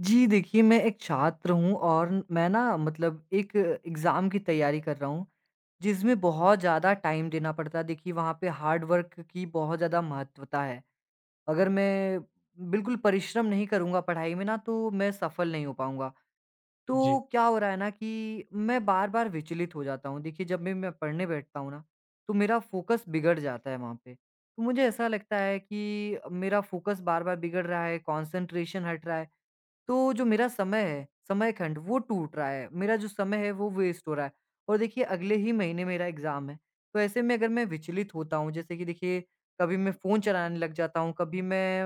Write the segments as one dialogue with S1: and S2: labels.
S1: जी, देखिए मैं एक छात्र हूँ और मैं ना मतलब एक एग्ज़ाम की तैयारी कर रहा हूँ, जिसमें बहुत ज़्यादा टाइम देना पड़ता है। देखिए वहाँ पे हार्ड वर्क की बहुत ज़्यादा महत्वता है। अगर मैं बिल्कुल परिश्रम नहीं करूँगा पढ़ाई में ना तो मैं सफल नहीं हो पाऊँगा। तो
S2: जी,
S1: क्या हो रहा है ना कि मैं बार-बार विचलित हो जाता हूँ। देखिए जब भी मैं पढ़ने बैठता हूँ ना, तो मेरा फ़ोकस बिगड़ जाता है वहाँ पे। तो मुझे ऐसा लगता है कि मेरा फ़ोकस बार-बार बिगड़ रहा है, कॉन्सन्ट्रेशन हट रहा है। तो जो मेरा समय है, समयखंड वो टूट रहा है। मेरा जो समय है वो वेस्ट हो रहा है और देखिए अगले ही महीने मेरा एग्ज़ाम है। तो ऐसे में अगर मैं विचलित होता हूँ जैसे कि देखिए कभी मैं फ़ोन चलाने लग जाता हूँ, कभी मैं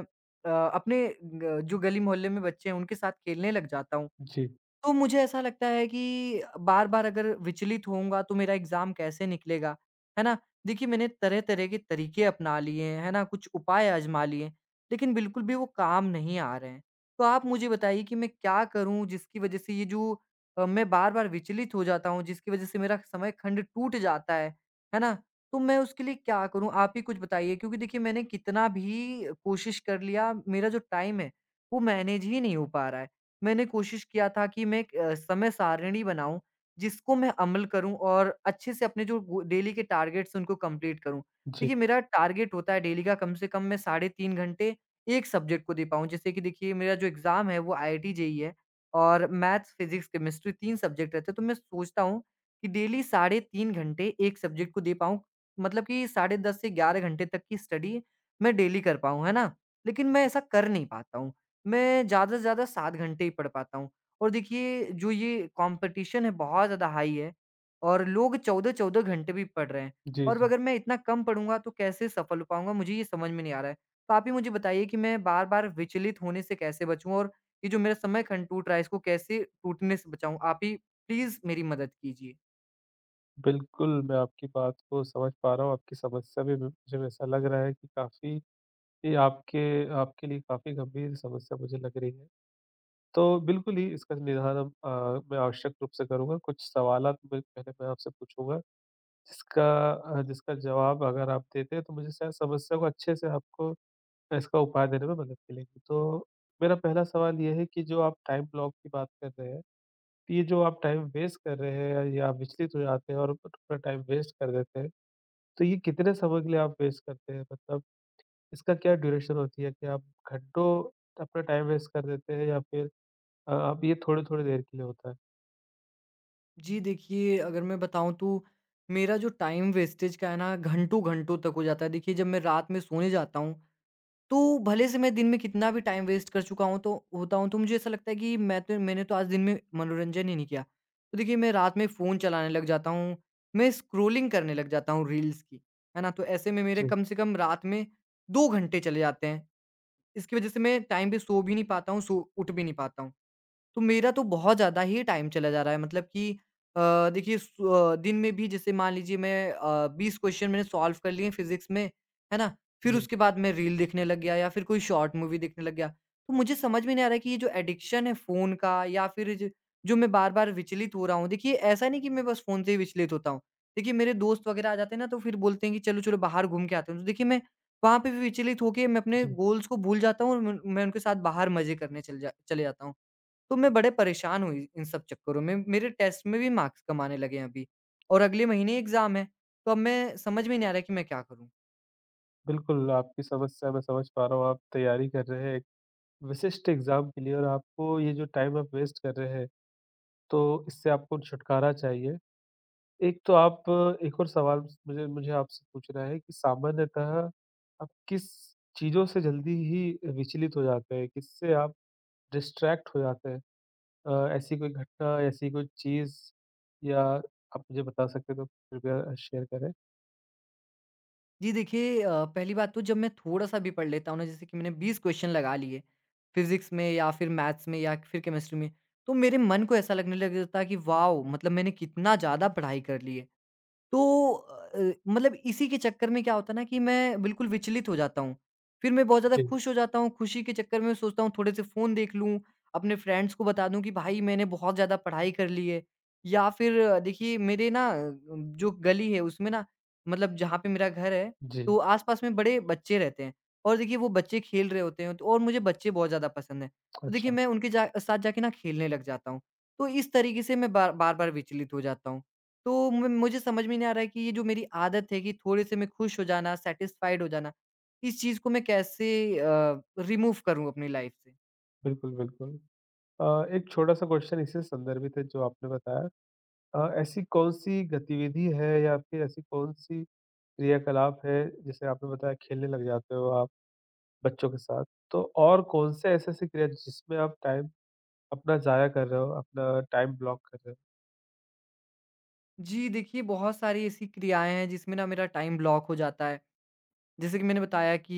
S1: अ, अपने ग जो गली मोहल्ले में बच्चे हैं उनके साथ खेलने लग जाता हूँ।
S2: जी,
S1: तो मुझे ऐसा लगता है कि बार-बार अगर विचलित होऊँगा तो मेरा एग्ज़ाम कैसे निकलेगा, है ना? देखिए मैंने तरह-तरह के तरीके अपना लिए हैं, है ना? कुछ उपाय आज़मा लिए हैं, लेकिन बिल्कुल भी वो काम नहीं आ रहे हैं। तो आप मुझे बताइए कि मैं क्या करूँ जिसकी वज़ह से ये जो मैं बार-बार विचलित हो जाता हूँ, जिसकी वज़ह से मेरा समय खंड टूट जाता है ना? तो मैं उसके लिए क्या करूँ आप ही कुछ बताइए क्योंकि देखिए मैंने कितना भी कोशिश कर लिया, मेरा जो टाइम है वो मैनेज ही नहीं हो पा रहा है। मैंने कोशिश किया था कि मैं एक समय सारिणी बनाऊँ, जिसको मैं अमल करूँ और अच्छे से अपने जो गो डेली के टारगेट्स हैं उनको कंप्लीट करूँ।
S2: जी,
S1: देखिए मेरा टारगेट होता है डेली का कम से कम मैं साढ़े 3 घंटे एक सब्जेक्ट को दे पाऊँ। जैसे कि देखिए मेरा जो एग्ज़ाम है वो आईआईटी जेईई है और मैथ्स, फिज़िक्स, केमिस्ट्री 3 सब्जेक्ट रहते हैं तो मैं सोचता हूँ कि डेली साढ़े 3 घंटे एक सब्जेक्ट को दे पाऊँ। मतलब कि साढ़े 10 से 11 घंटे तक की स्टडी मैं डेली कर पाऊँ, है ना? लेकिन मैं ऐसा कर नहीं पाता हूँ। मैं ज़्यादा से ज़्यादा 7 घंटे ही पढ़ पाता हूँ और देखिए जो ये कॉम्पिटिशन है बहुत ज़्यादा हाई है और लोग 14-14 घंटे भी पढ़ रहे हैं
S2: जी,
S1: और
S2: जी।
S1: अगर मैं इतना कम पढ़ूँगा तो कैसे सफल हो पाऊँगा? मुझे ये समझ में नहीं आ रहा है। तो आप ही मुझे बताइए कि मैं बार-बार विचलित होने से कैसे बचूँ और ये जो मेरा समय खंड टूट रहा है इसको कैसे टूटने से बचाऊँ? आप ही प्लीज़ मेरी मदद कीजिए।
S2: बिल्कुल, मैं आपकी बात को समझ पा रहा हूँ, आपकी समस्या भी मुझे वैसा लग रहा है कि काफ़ी ये आपके आपके लिए काफ़ी गंभीर समस्या मुझे लग रही है। तो बिल्कुल ही इसका निदान मैं आवश्यक रूप से करूँगा। कुछ सवालात मैं पहले मैं आपसे पूछूँगा, जिसका जिसका जवाब अगर आप देते हैं, तो मुझे शायद समस्या को अच्छे से आपको इसका उपाय देने में मदद मिलेगी। तो मेरा पहला सवाल ये है कि जो आप टाइम ब्लॉक की बात कर रहे हैं, तो ये जो आप टाइम वेस्ट कर रहे हैं या विचलित हो जाते हैं और पूरा टाइम वेस्ट कर देते हैं, तो ये कितने समय के लिए आप वेस्ट करते हैं? मतलब इसका क्या ड्यूरेशन होती है कि आप घंटों अपना टाइम वेस्ट कर देते हैं या फिर आप ये थोड़ी-थोड़ी देर के लिए होता है?
S1: जी देखिए, अगर मैं बताऊँ तो मेरा जो टाइम वेस्टेज का है ना घंटों-घंटों तक हो जाता है। देखिए जब मैं रात में सोने जाता हूँ तो भले से मैं दिन में कितना भी टाइम वेस्ट कर चुका हूँ तो होता हूँ तो मुझे ऐसा लगता है कि मैं तो मैंने तो आज दिन में मनोरंजन ही नहीं किया। तो देखिए मैं रात में फ़ोन चलाने लग जाता हूँ, मैं स्क्रॉलिंग करने लग जाता हूँ रील्स की, है ना? तो ऐसे में मेरे
S2: जी,
S1: कम से कम रात में 2 घंटे चले जाते हैं। इसकी वज़ह से मैं टाइम पे सो भी नहीं पाता हूँ, सो उठ भी नहीं पाता हूँ। तो मेरा तो बहुत ज़्यादा ही टाइम चला जा रहा है मतलब कि देखिए दिन में भी जैसे मान लीजिए मैं 20 क्वेश्चन मैंने सॉल्व कर लिए फिज़िक्स में, है ना? फिर
S2: जी,
S1: उसके बाद मैं रील देखने लग गया या फिर कोई शॉर्ट मूवी देखने लग गया। तो मुझे समझ में नहीं आ रहा है कि ये जो एडिक्शन है फ़ोन का या फिर ज जो मैं बार-बार विचलित हो रहा हूँ, देखिए ऐसा नहीं कि मैं बस फ़ोन से ही विचलित होता हूँ। देखिए मेरे दोस्त वगैरह आ जाते हैं ना तो फिर बोलते हैं कि चलो-चलो बाहर घूम के आते हैं। तो देखिए मैं वहाँ पे भी विचलित होके मैं अपने
S2: जी।
S1: गोल्स को भूल जाता हूँ और मैं उनके साथ बाहर मज़े करने चल जा चले जाता हूँ। तो मैं बड़े परेशान हुई इन सब चक्करों में। मेरे टेस्ट में भी मार्क्स कम आने लगे हैं अभी और अगले महीने एग्ज़ाम है। तो अब मैं समझ में नहीं आ रहा है कि मैं क्या करूँ?
S2: बिल्कुल, आपकी समस्या मैं समझ पा रहा हूँ, आप तैयारी कर रहे हैं एक विशिष्ट एग्ज़ाम के लिए, और आपको ये जो टाइम आप वेस्ट कर रहे हैं, तो इससे आपको छुटकारा चाहिए। एक तो आप एक और सवाल मुझे मुझे आपसे पूछना है कि सामान्यतः आप किस चीज़ों से जल्दी ही विचलित हो जाते हैं? किससे आप डिस्ट्रैक्ट हो जाते हैं? ऐसी कोई घटना, ऐसी कोई चीज़ या आप मुझे बता सकते हैं तो कृपया शेयर करें?
S1: जी देखिए, पहली बात तो जब मैं थोड़ा-सा भी पढ़ लेता हूँ ना जैसे कि मैंने 20 क्वेश्चन लगा लिए फ़िज़िक्स में या फिर मैथ्स में या फिर केमिस्ट्री में, तो मेरे मन को ऐसा लगने लग जाता है कि वाओ! मतलब मैंने कितना ज़्यादा पढ़ाई कर ली है। तो मतलब इसी के चक्कर में क्या होता है ना कि मैं बिल्कुल विचलित हो जाता हूँ। फिर मैं बहुत ज़्यादा
S2: जी।
S1: खुश हो जाता हूँ, खुशी के चक्कर में सोचता हूँ थोड़े से फ़ोन देख लूँ, अपने फ्रेंड्स को बता दूँ कि भाई मैंने बहुत ज़्यादा पढ़ाई कर ली है। या फिर देखिए मेरे ना जो गली है उसमें ना मतलब जहाँ पे मेरा घर है,
S2: जी,
S1: तो आस-पास में बड़े बच्चे रहते हैं और देखिए वो बच्चे खेल रहे होते हैं तो और मुझे बच्चे बहुत ज़्यादा पसंद हैं। तो देखिए
S2: अच्छा,
S1: मैं उनके जा साथ जाके ना खेलने लग जाता हूँ। तो इस तरीके से मैं बार-बार विचलित हो जाता हूँ। तो म मुझे समझ में नहीं आ रहा है कि ये जो मेरी आदत है कि थोड़े-से मैं खुश हो जाना, सैटिस्फाइड हो जाना, इस चीज़ को मैं कैसे रिमूव करूँ अपनी लाइफ़ से?
S2: बिल्कुल, बिल्कुल। अ, एक छोटा-सा क्वेश्चन इसी से संदर्भित है जो आपने बताया। ऐसी कौन-सी गतिविधि है या फिर ऐसी कौन-सी क्रियाकलाप है, जैसे आपने बताया खेलने लग जाते हो आप? बच्चों के साथ, तो और कौन-से ऐसे-ऐसे क्रिया जिसमें आप टाइम अपना ज़ाया कर रहे हो, अपना टाइम ब्लॉक कर रहे हो?
S1: जी, देखिए बहुत सारी ऐसी क्रियाएँ हैं जिसमें ना मेरा टाइम ब्लॉक हो जाता है। जैसे कि मैंने बताया कि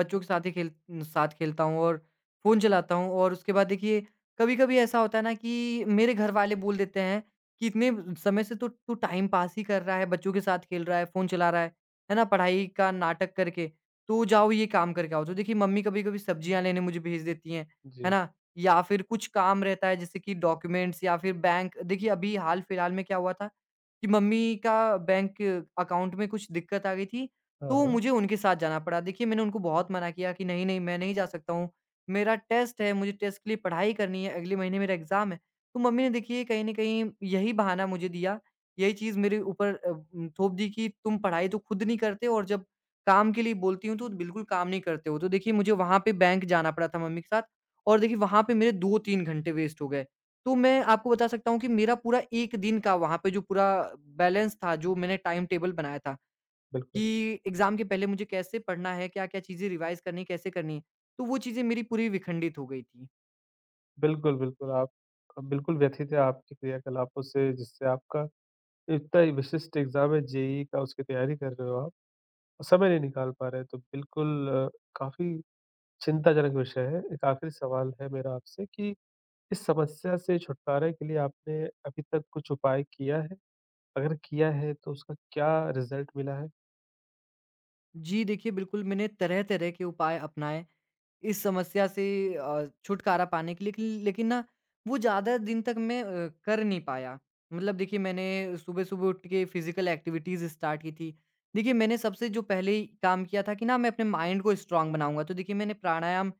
S1: बच्चों के साथ ही खेल साथ खेलता हूँ और फ़ोन चलाता हूँ और उसके बाद देखिए कभी-कभी ऐसा होता है ना कि मेरे घर वाले बोल देते हैं कि इतने समय से तो तू टाइम पास ही कर रहा है, बच्चों के साथ खेल रहा है, फ़ोन चला रहा है ना? पढ़ाई का नाटक करके, तो जाओ ये काम करके आओ। तो देखिए मम्मी कभी-कभी सब्जियाँ लेने मुझे भेज देती हैं, है
S2: जी।
S1: ना? या फिर कुछ काम रहता है जैसे कि डॉक्यूमेंट्स या फिर बैंक, देखिए अभी हाल-फिलहाल में क्या हुआ था कि मम्मी का बैंक अकाउंट में कुछ दिक्कत आ गई थी
S2: हाँ,
S1: तो
S2: हाँ,
S1: मुझे उनके साथ जाना पड़ा। देखिए मैंने उनको बहुत मना किया कि नहीं, नहीं मैं नहीं जा सकता हूँ। मेरा टेस्ट है, मुझे टेस्ट के लिए पढ़ाई करनी है, अगले महीने मेरा एग्ज़ाम है। तो मम्मी ने देखिए कहीं न कहीं यही बहाना मुझे दिया, यही चीज़ मेरे ऊपर थोप दी कि तुम पढ़ाई तो खुद नहीं करते और जब काम के लिए बोलती हूँ तो बिल्कुल काम नहीं करते हो। तो देखिए मुझे वहाँ पे बैंक जाना पड़ा था मम्मी के साथ और देखिए वहाँ पे मेरे 2-3 घंटे वेस्ट हो गए। तो मैं आपको बता सकता हूँ कि मेरा पूरा 1 दिन का वहाँ पे जो पूरा बैलेंस था, जो मैंने टाइम टेबल बनाया था कि
S2: बिल्कुल।
S1: एग्ज़ाम के पहले मुझे कैसे पढ़ना है, क्या-क्या चीज़ें रिवाइज़ करनी है, कैसे करनी है। तो वो चीज़ें मेरी पूरी विखंडित हो गई थी।
S2: बिल्कुल, बिल्कुल, आप बिल्कुल व्यथित है आपकी क्रियाकलापों से, जिससे आपका इतना ही विशिष्ट एग्ज़ाम है जेईई का, उसकी तैयारी कर रहे हो आप, और समय नहीं निकाल पा रहे हैं, तो बिल्कुल काफ़ी चिंताजनक विषय है। एक आखिरी सवाल है मेरा आपसे कि इस समस्या से छुटकारे के लिए आपने अभी तक कुछ उपाय किया है? अगर किया है, तो उसका क्या रिज़ल्ट मिला है?
S1: जी देखिए, बिल्कुल मैंने तरह-तरह के उपाय अपनाए इस समस्या से छुटकारा पाने के लिए कि लेकिन ना वो ज़्यादा दिन तक मैं कर नहीं पाया। मतलब देखिए मैंने सुबह-सुबह उठ के फिज़िकल एक्टिविटीज़ स्टार्ट की थी। देखिए मैंने सबसे जो पहले ही काम किया था कि ना मैं अपने माइंड को स्ट्रॉन्ग बनाऊँगा। तो देखिए मैंने प्राणायाम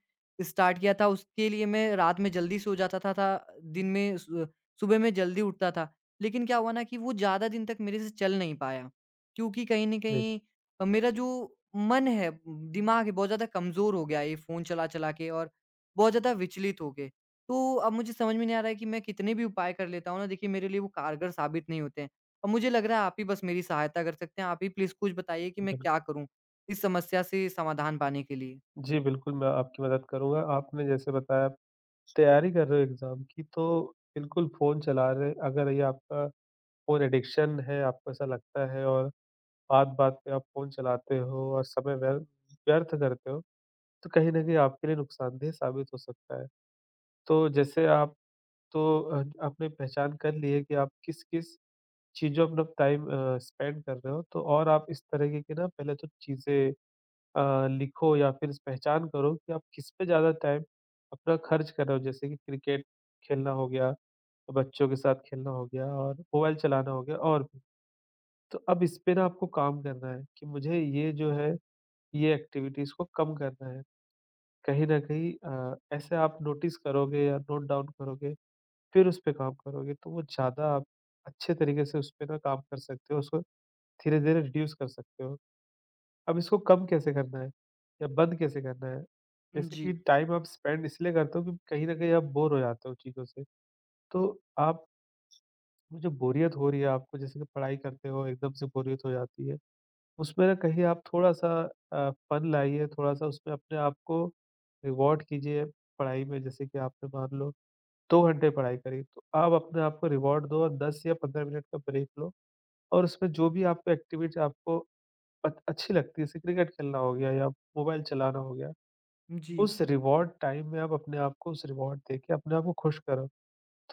S1: स्टार्ट किया था, उसके लिए मैं रात में जल्दी सो जाता था, दिन में सु सुबह में जल्दी उठता था। लेकिन क्या हुआ ना कि वो ज़्यादा दिन तक मेरे से चल नहीं पाया। क्योंकि कहीं न
S2: जी,
S1: कहीं मेरा जो मन है, दिमाग है, बहुत ज़्यादा कमज़ोर हो गया है ये फ़ोन चला-चला के और बहुत ज़्यादा विचलित हो के। तो अब मुझे समझ में नहीं आ रहा है कि मैं कितने भी उपाय कर लेता हूँ ना, देखिए मेरे लिए वो कारगर साबित नहीं होते हैं। अब मुझे लग रहा है आप ही बस मेरी सहायता कर सकते हैं। आप ही प्लीज़ कुछ बताइए कि मैं
S2: बिल्कुल।
S1: क्या करूँ इस समस्या से समाधान पाने के लिए?
S2: जी, बिल्कुल, मैं आपकी मदद करूँगा। आपने जैसे बताया आप तैयारी कर रहे हो एग्ज़ाम की, तो बिल्कुल फ़ोन चला रहे अगर ये आपका फ़ोन एडिक्शन है, आपको ऐसा लगता है, और बात-बात पे आप फ़ोन चलाते हो और समय व्यर्थ व्यर्थ करते हो, तो कहीं न कहीं आपके लिए नुकसानदेह साबित हो सकता है। तो जैसे आप तो अ, आपने पहचान कर ली है कि आप किस-किस चीज़ों अपना टाइम स्पेंड कर रहे हो, तो और आप इस तरीके की ना पहले तो चीज़ें लिखो या फिर पहचान करो कि आप किस पे ज़्यादा टाइम अपना खर्च कर रहे हो। जैसे कि क्रिकेट खेलना हो गया, बच्चों के साथ खेलना हो गया और मोबाइल चलाना हो गया, और भी। तो अब इस पे ना आपको काम करना है कि मुझे ये जो है, ये एक्टिविटीज़ को कम करना है। कहीं न कहीं ऐसे आप नोटिस करोगे या नोट डाउन करोगे, फिर उस पे काम करोगे, तो वो ज़्यादा आप अच्छे तरीके से उस पे ना काम कर सकते हो, उसको धीरे-धीरे रिड्यूस कर सकते हो। अब इसको कम कैसे करना है या बंद कैसे करना है? जैसे
S1: जी,
S2: कि टाइम आप स्पेंड इसलिए करते हो कि कहीं न कहीं आप बोर हो जाते हो चीज़ों से। तो आप वो जो बोरियत हो रही है आपको, जैसे कि पढ़ाई करते हो एकदम से बोरियत हो जाती है, उसमें ना कहीं आप थोड़ा-सा फन लाइए, थोड़ा-सा उसमें अपने आप को रिवॉर्ड कीजिए पढ़ाई में। जैसे कि आपने मान लो 2 घंटे पढ़ाई करी, तो आप अपने आप को रिवॉर्ड दो और 10 या 15 मिनट का ब्रेक लो, और उसमें जो भी आपको एक्टिविटी अच्छी लगती है, जैसे क्रिकेट खेलना हो गया या मोबाइल चलाना हो गया,
S1: जी,
S2: उस रिवॉर्ड टाइम में आप अपने आप को उस रिवॉर्ड देके अपने आप को खुश करो।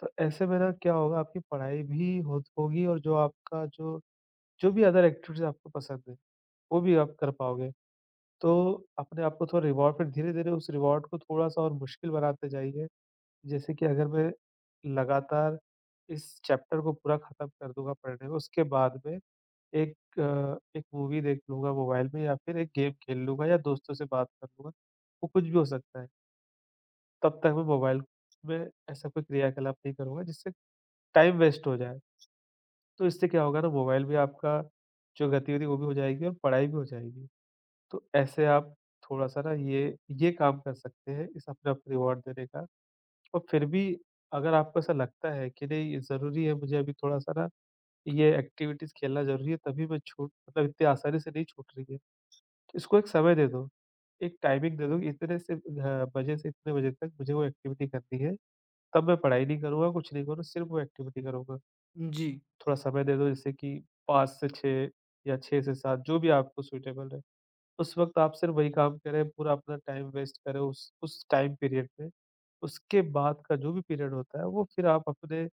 S2: तो ऐसे में ना क्या होगा, आपकी पढ़ाई भी हो होगी और जो आपका जो जो भी अदर एक्टिविटीज़ आपको पसंद है, वो भी आप कर पाओगे। तो अपने आप को थोड़ा रिवॉर्ड, फिर धीरे-धीरे उस रिवॉर्ड को थोड़ा-सा और मुश्किल बनाते जाइए। जैसे कि अगर मैं लगातार इस चैप्टर को पूरा खत्म कर दूँगा पढ़ने में, उसके बाद में एक मूवी देख लूँगा मोबाइल में या फिर एक गेम खेल लूँगा या दोस्तों से बात कर लूँगा, वो कुछ भी हो सकता है। तब तक मैं मोबाइल में ऐसा कोई क्रियाकलाप नहीं करूँगा जिससे टाइम वेस्ट हो जाए। तो इससे क्या होगा ना, मोबाइल में आपका जो गतिविधि वो भी हो जाएगी और पढ़ाई भी हो जाएगी। तो ऐसे आप थोड़ा-सा ना ये काम कर सकते हैं, इस अपने आप को रिवॉर्ड देने का। और फिर भी अगर आपको ऐसा लगता है कि नहीं ये ज़रूरी है, मुझे अभी थोड़ा-सा ना ये एक्टिविटीज़ खेलना ज़रूरी है, तभी मैं छूट मतलब इतनी आसानी से नहीं छूट रही है। इसको एक समय दे दो, एक टाइमिंग दे दो कि इतने से बजे से इतने बजे तक मुझे वो एक्टिविटी करनी है, तब मैं पढ़ाई नहीं करूँगा, कुछ नहीं करूँगा, सिर्फ़ वो एक्टिविटी करूँगा।
S1: जी,
S2: थोड़ा समय दे दो जैसे कि 5 से 6 या 6 से 7, जो भी आपको सूटेबल है। उस वक़्त आप सिर्फ़ वही काम करें, पूरा अपना टाइम वेस्ट करें उस टाइम पीरियड में। उसके बाद का जो भी पीरियड होता है, वो फिर आप अपने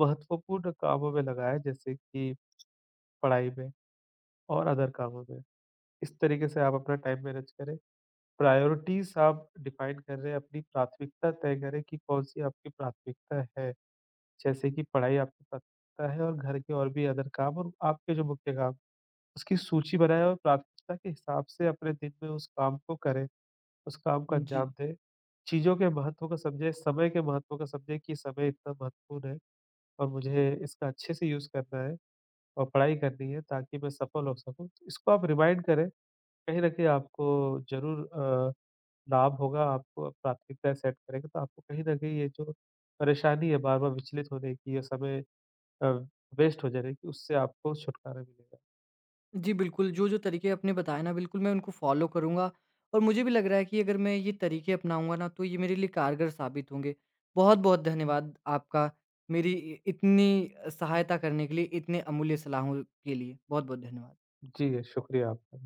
S2: महत्वपूर्ण कामों में लगाएँ, जैसे कि पढ़ाई में और अदर कामों में। इस तरीके से आप अपना टाइम मैनेज करें। प्रायोरिटीज़ आप डिफ़ाइन कर रहे हैं, अपनी प्राथमिकता तय करें कि कौन-सी आपकी प्राथमिकता है। जैसे कि पढ़ाई आपकी प्राथमिकता है और घर के और भी अदर काम और आपके जो मुख्य काम, उसकी सूची बनाएँ और प्राथमिकता के हिसाब से अपने दिन में उस काम को करें, उस काम को
S1: जी।
S2: अंजाम दें। चीज़ों के महत्व को समझें, समय के महत्व को समझें कि समय इतना महत्वपूर्ण है और मुझे इसका अच्छे से यूज़ करना है और पढ़ाई करनी है ताकि मैं सफल हो सकूँ। तो इसको आप रिमाइंड करें, कहीं न कहीं आपको ज़रूर लाभ होगा। आपको प्राथमिकता सेट करेंगे, तो आपको कहीं न कहीं ये जो परेशानी है बार-बार विचलित होने की या समय अ, वेस्ट हो जाने की, उससे आपको छुटकारा मिलेगा।
S1: जी, बिल्कुल, जो-जो तरीके आपने बताए ना बिल्कुल मैं उनको फ़ॉलो करूँगा और मुझे भी लग रहा है कि अगर मैं ये तरीके अपनाऊँगा ना तो ये मेरे लिए कारगर साबित होंगे। बहुत-बहुत धन्यवाद आपका मेरी इ इतनी सहायता करने के लिए, इतने अमूल्य सलाहों के लिए। बहुत-बहुत धन्यवाद।
S2: जी, शुक्रिया आपका।